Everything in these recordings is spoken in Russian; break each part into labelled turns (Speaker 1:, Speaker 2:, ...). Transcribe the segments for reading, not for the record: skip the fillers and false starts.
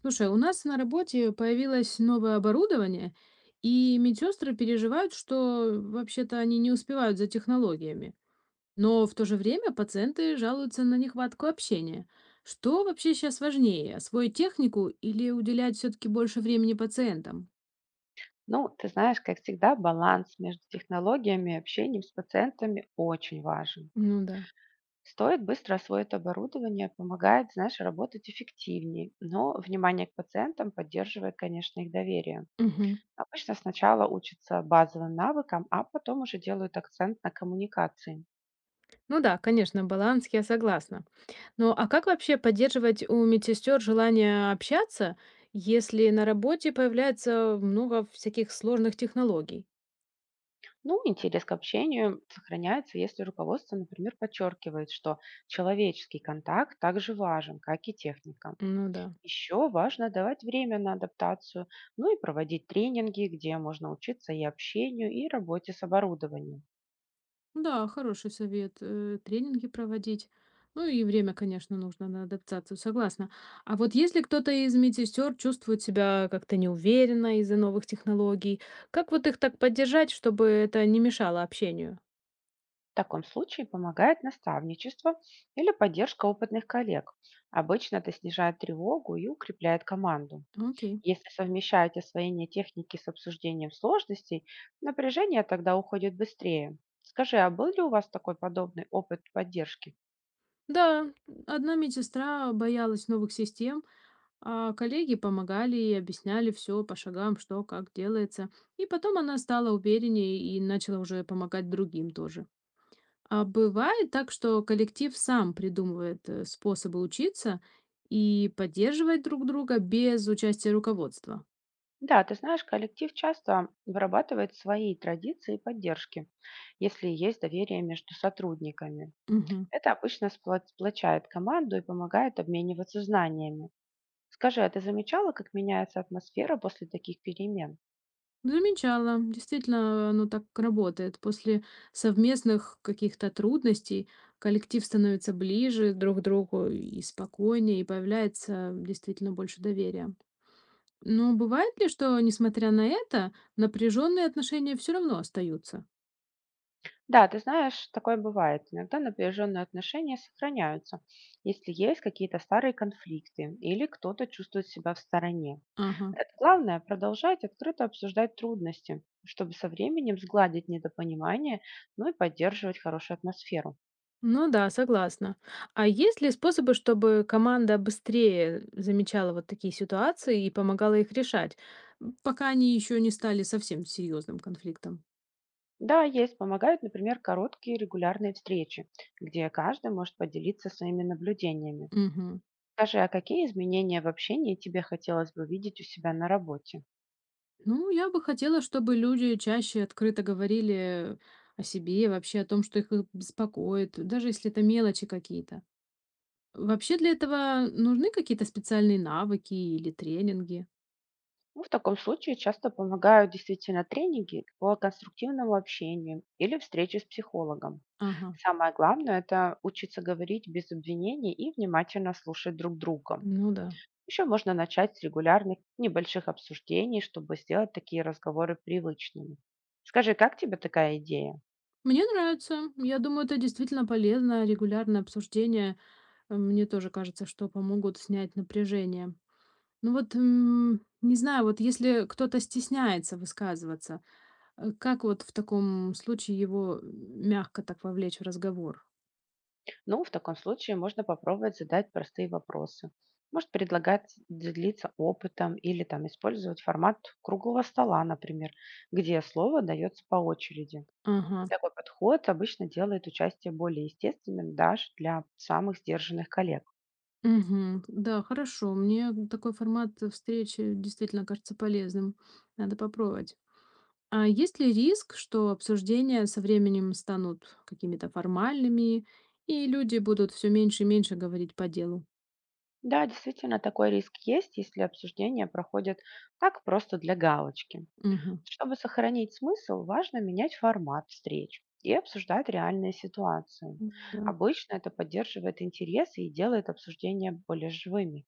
Speaker 1: Слушай, у нас на работе появилось новое оборудование, и медсестры переживают, что вообще-то они не успевают за технологиями. Но в то же время пациенты жалуются на нехватку общения. Что вообще сейчас важнее, освоить технику или уделять все-таки больше времени пациентам?
Speaker 2: Ну, ты знаешь, как всегда, баланс между технологиями и общением с пациентами очень важен.
Speaker 1: Ну да.
Speaker 2: Стоит быстро освоить оборудование, помогает, знаешь, работать эффективнее, но внимание к пациентам поддерживает, конечно, их доверие.
Speaker 1: Мгм.
Speaker 2: Обычно сначала учатся базовым навыкам, а потом уже делают акцент на коммуникации.
Speaker 1: Ну да, конечно, баланс, я согласна. Но а как вообще поддерживать у медсестер желание общаться, если на работе появляется много всяких сложных технологий?
Speaker 2: Ну, интерес к общению сохраняется, если руководство, например, подчеркивает, что человеческий контакт также важен, как и техника.
Speaker 1: Ну да.
Speaker 2: Еще важно давать время на адаптацию, ну и проводить тренинги, где можно учиться и общению, и работе с оборудованием.
Speaker 1: Да, хороший совет. Тренинги проводить. Ну и время, конечно, нужно на адаптацию, согласна. А вот если кто-то из медсестер чувствует себя как-то неуверенно из-за новых технологий, как вот их так поддержать, чтобы это не мешало общению?
Speaker 2: В таком случае помогает наставничество или поддержка опытных коллег. Обычно это снижает тревогу и укрепляет команду.
Speaker 1: Окей.
Speaker 2: Если совмещаете освоение техники с обсуждением сложностей, напряжение тогда уходит быстрее. Скажи, а был ли у вас такой подобный опыт поддержки?
Speaker 1: Да, одна медсестра боялась новых систем, а коллеги помогали и объясняли все по шагам, что как делается. И потом она стала увереннее и начала уже помогать другим тоже. А бывает так, что коллектив сам придумывает способы учиться и поддерживать друг друга без участия руководства.
Speaker 2: Да, ты знаешь, коллектив часто вырабатывает свои традиции и поддержки, если есть доверие между сотрудниками.
Speaker 1: Мгм.
Speaker 2: Это обычно сплочает команду и помогает обмениваться знаниями. Скажи, а ты замечала, как меняется атмосфера после таких перемен?
Speaker 1: Замечала, действительно, оно так работает. После совместных каких-то трудностей коллектив становится ближе друг к другу и спокойнее, и появляется действительно больше доверия. Но бывает ли, что, несмотря на это, напряженные отношения все равно остаются?
Speaker 2: Да, ты знаешь, такое бывает. Иногда напряженные отношения сохраняются, если есть какие-то старые конфликты или кто-то чувствует себя в стороне.
Speaker 1: Ага.
Speaker 2: Это главное– продолжать открыто обсуждать трудности, чтобы со временем сгладить недопонимание, ну и поддерживать хорошую атмосферу.
Speaker 1: Ну да, согласна. А есть ли способы, чтобы команда быстрее замечала вот такие ситуации и помогала их решать, пока они еще не стали совсем серьезным конфликтом?
Speaker 2: Да, есть, помогают, например, короткие регулярные встречи, где каждый может поделиться своими наблюдениями.
Speaker 1: Мгм.
Speaker 2: Скажи, а какие изменения в общении тебе хотелось бы видеть у себя на работе?
Speaker 1: Ну, я бы хотела, чтобы люди чаще открыто говорили о себе, вообще о том, что их беспокоит, даже если это мелочи какие-то. Вообще для этого нужны какие-то специальные навыки или тренинги.
Speaker 2: Ну, в таком случае часто помогают действительно тренинги по конструктивному общению или встречи с психологом.
Speaker 1: Ага,
Speaker 2: Самое главное– это учиться говорить без обвинений и внимательно слушать друг друга.
Speaker 1: ну да.
Speaker 2: Еще можно начать с регулярных небольших обсуждений, чтобы сделать такие разговоры привычными. Скажи, как тебе такая идея?
Speaker 1: Мне нравится. Я думаю, это действительно полезно, регулярное обсуждение. Мне тоже кажется, что помогут снять напряжение. Ну вот, не знаю, вот если кто-то стесняется высказываться, как вот в таком случае его мягко так вовлечь в разговор?
Speaker 2: Ну, в таком случае можно попробовать задать простые вопросы. Может предлагать делиться опытом или там использовать формат круглого стола, например, где слово дается по очереди.
Speaker 1: Ага.
Speaker 2: Такой подход обычно делает участие более естественным даже для самых сдержанных коллег.
Speaker 1: Мгм. Да, хорошо. Мне такой формат встречи действительно кажется полезным. Надо попробовать. А есть ли риск, что обсуждения со временем станут какими-то формальными, и люди будут все меньше и меньше говорить по делу?
Speaker 2: Да, действительно, такой риск есть, если обсуждения проходят так просто для галочки.
Speaker 1: Угу.
Speaker 2: Чтобы сохранить смысл, важно менять формат встреч и обсуждать реальные ситуации.
Speaker 1: Да.
Speaker 2: Обычно это поддерживает интерес и делает обсуждения более живыми.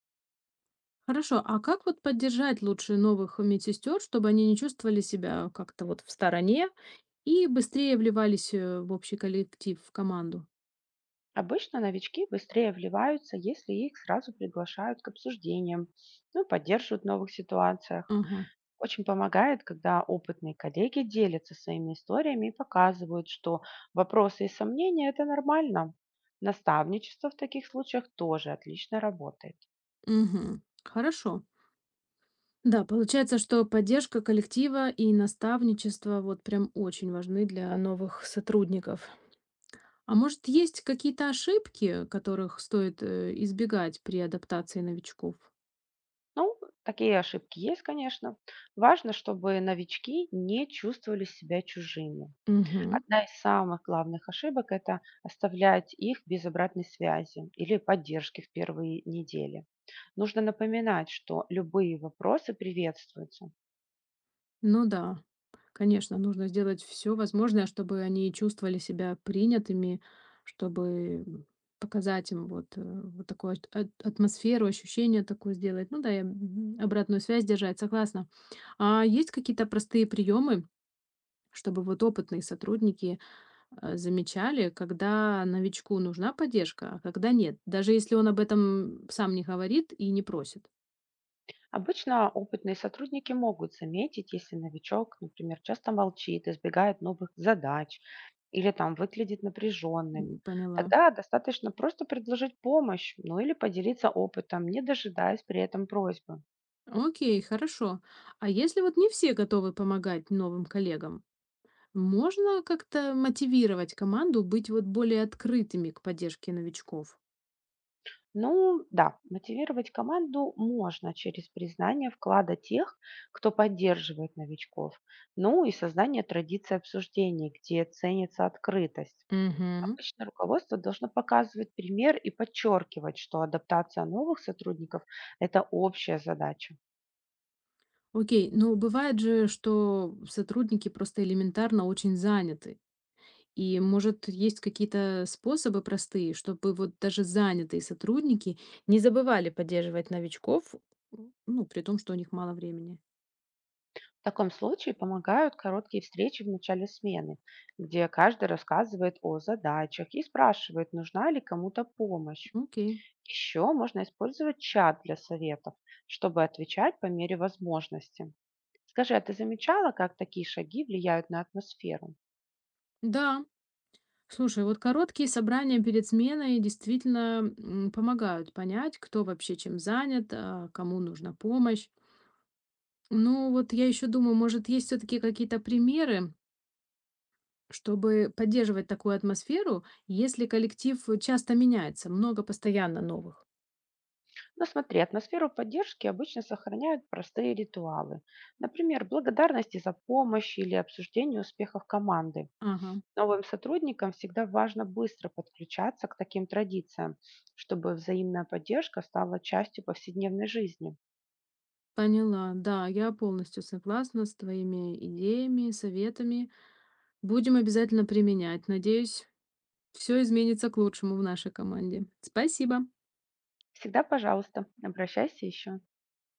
Speaker 1: Хорошо, а как вот поддержать лучше новых медсестер, чтобы они не чувствовали себя как-то вот в стороне и быстрее вливались в общий коллектив, в команду?
Speaker 2: Обычно новички быстрее вливаются, если их сразу приглашают к обсуждениям, ну и поддерживают в новых ситуациях.
Speaker 1: Ага.
Speaker 2: Очень помогает, когда опытные коллеги делятся своими историями и показывают, что вопросы и сомнения– это нормально. Наставничество в таких случаях тоже отлично работает.
Speaker 1: Мгм. Хорошо. Да, получается, что поддержка коллектива и наставничество вот прям очень важны для новых сотрудников. А может, есть какие-то ошибки, которых стоит избегать при адаптации новичков?
Speaker 2: Ну, такие ошибки есть, конечно. Важно, чтобы новички не чувствовали себя чужими.
Speaker 1: Угу.
Speaker 2: Одна из самых главных ошибок– это оставлять их без обратной связи или поддержки в первые недели. Нужно напоминать, что любые вопросы приветствуются.
Speaker 1: Ну да, конечно, нужно сделать все возможное, чтобы они чувствовали себя принятыми, чтобы показать им вот, вот такую ат ат атмосферу, ощущение такое сделать. Ну да, и обратную связь держать, согласна. А есть какие-то простые приемы, чтобы вот опытные сотрудники, замечали, когда новичку нужна поддержка, а когда нет, даже если он об этом сам не говорит и не просит?
Speaker 2: Обычно опытные сотрудники могут заметить, если новичок, например, часто молчит, избегает новых задач или там выглядит напряженным.
Speaker 1: Поняла.
Speaker 2: Тогда достаточно просто предложить помощь, ну или поделиться опытом, не дожидаясь при этом просьбы.
Speaker 1: Окей, хорошо. А если вот не все готовы помогать новым коллегам, можно как-то мотивировать команду быть вот более открытыми к поддержке новичков?
Speaker 2: Ну да, мотивировать команду можно через признание вклада тех, кто поддерживает новичков, ну и создание традиции обсуждений, где ценится открытость.
Speaker 1: Угу.
Speaker 2: Обычно руководство должно показывать пример и подчеркивать, что адаптация новых сотрудников– это общая задача.
Speaker 1: Окей, ну бывает же, что сотрудники просто элементарно очень заняты. И, может, есть какие-то способы простые, чтобы вот даже занятые сотрудники не забывали поддерживать новичков, ну, при том, что у них мало времени.
Speaker 2: В таком случае помогают короткие встречи в начале смены, где каждый рассказывает о задачах и спрашивает, нужна ли кому-то помощь.
Speaker 1: Окей.
Speaker 2: Еще можно использовать чат для советов, чтобы отвечать по мере возможности. Скажи, а ты замечала, как такие шаги влияют на атмосферу?
Speaker 1: Да, слушай, вот короткие собрания перед сменой действительно помогают понять, кто вообще чем занят, а, кому нужна помощь. Ну вот я еще думаю, может, есть все-таки какие-то примеры, чтобы поддерживать такую атмосферу, если коллектив часто меняется, много постоянно новых.
Speaker 2: Но смотри, атмосферу поддержки обычно сохраняют простые ритуалы. Например, благодарности за помощь или обсуждение успехов команды.
Speaker 1: Ага,
Speaker 2: Новым сотрудникам всегда важно быстро подключаться к таким традициям, чтобы взаимная поддержка стала частью повседневной жизни.
Speaker 1: поняла. Да, я полностью согласна с твоими идеями, советами. Будем обязательно применять. Надеюсь, все изменится к лучшему в нашей команде. Спасибо.
Speaker 2: Всегда, пожалуйста, обращайся еще.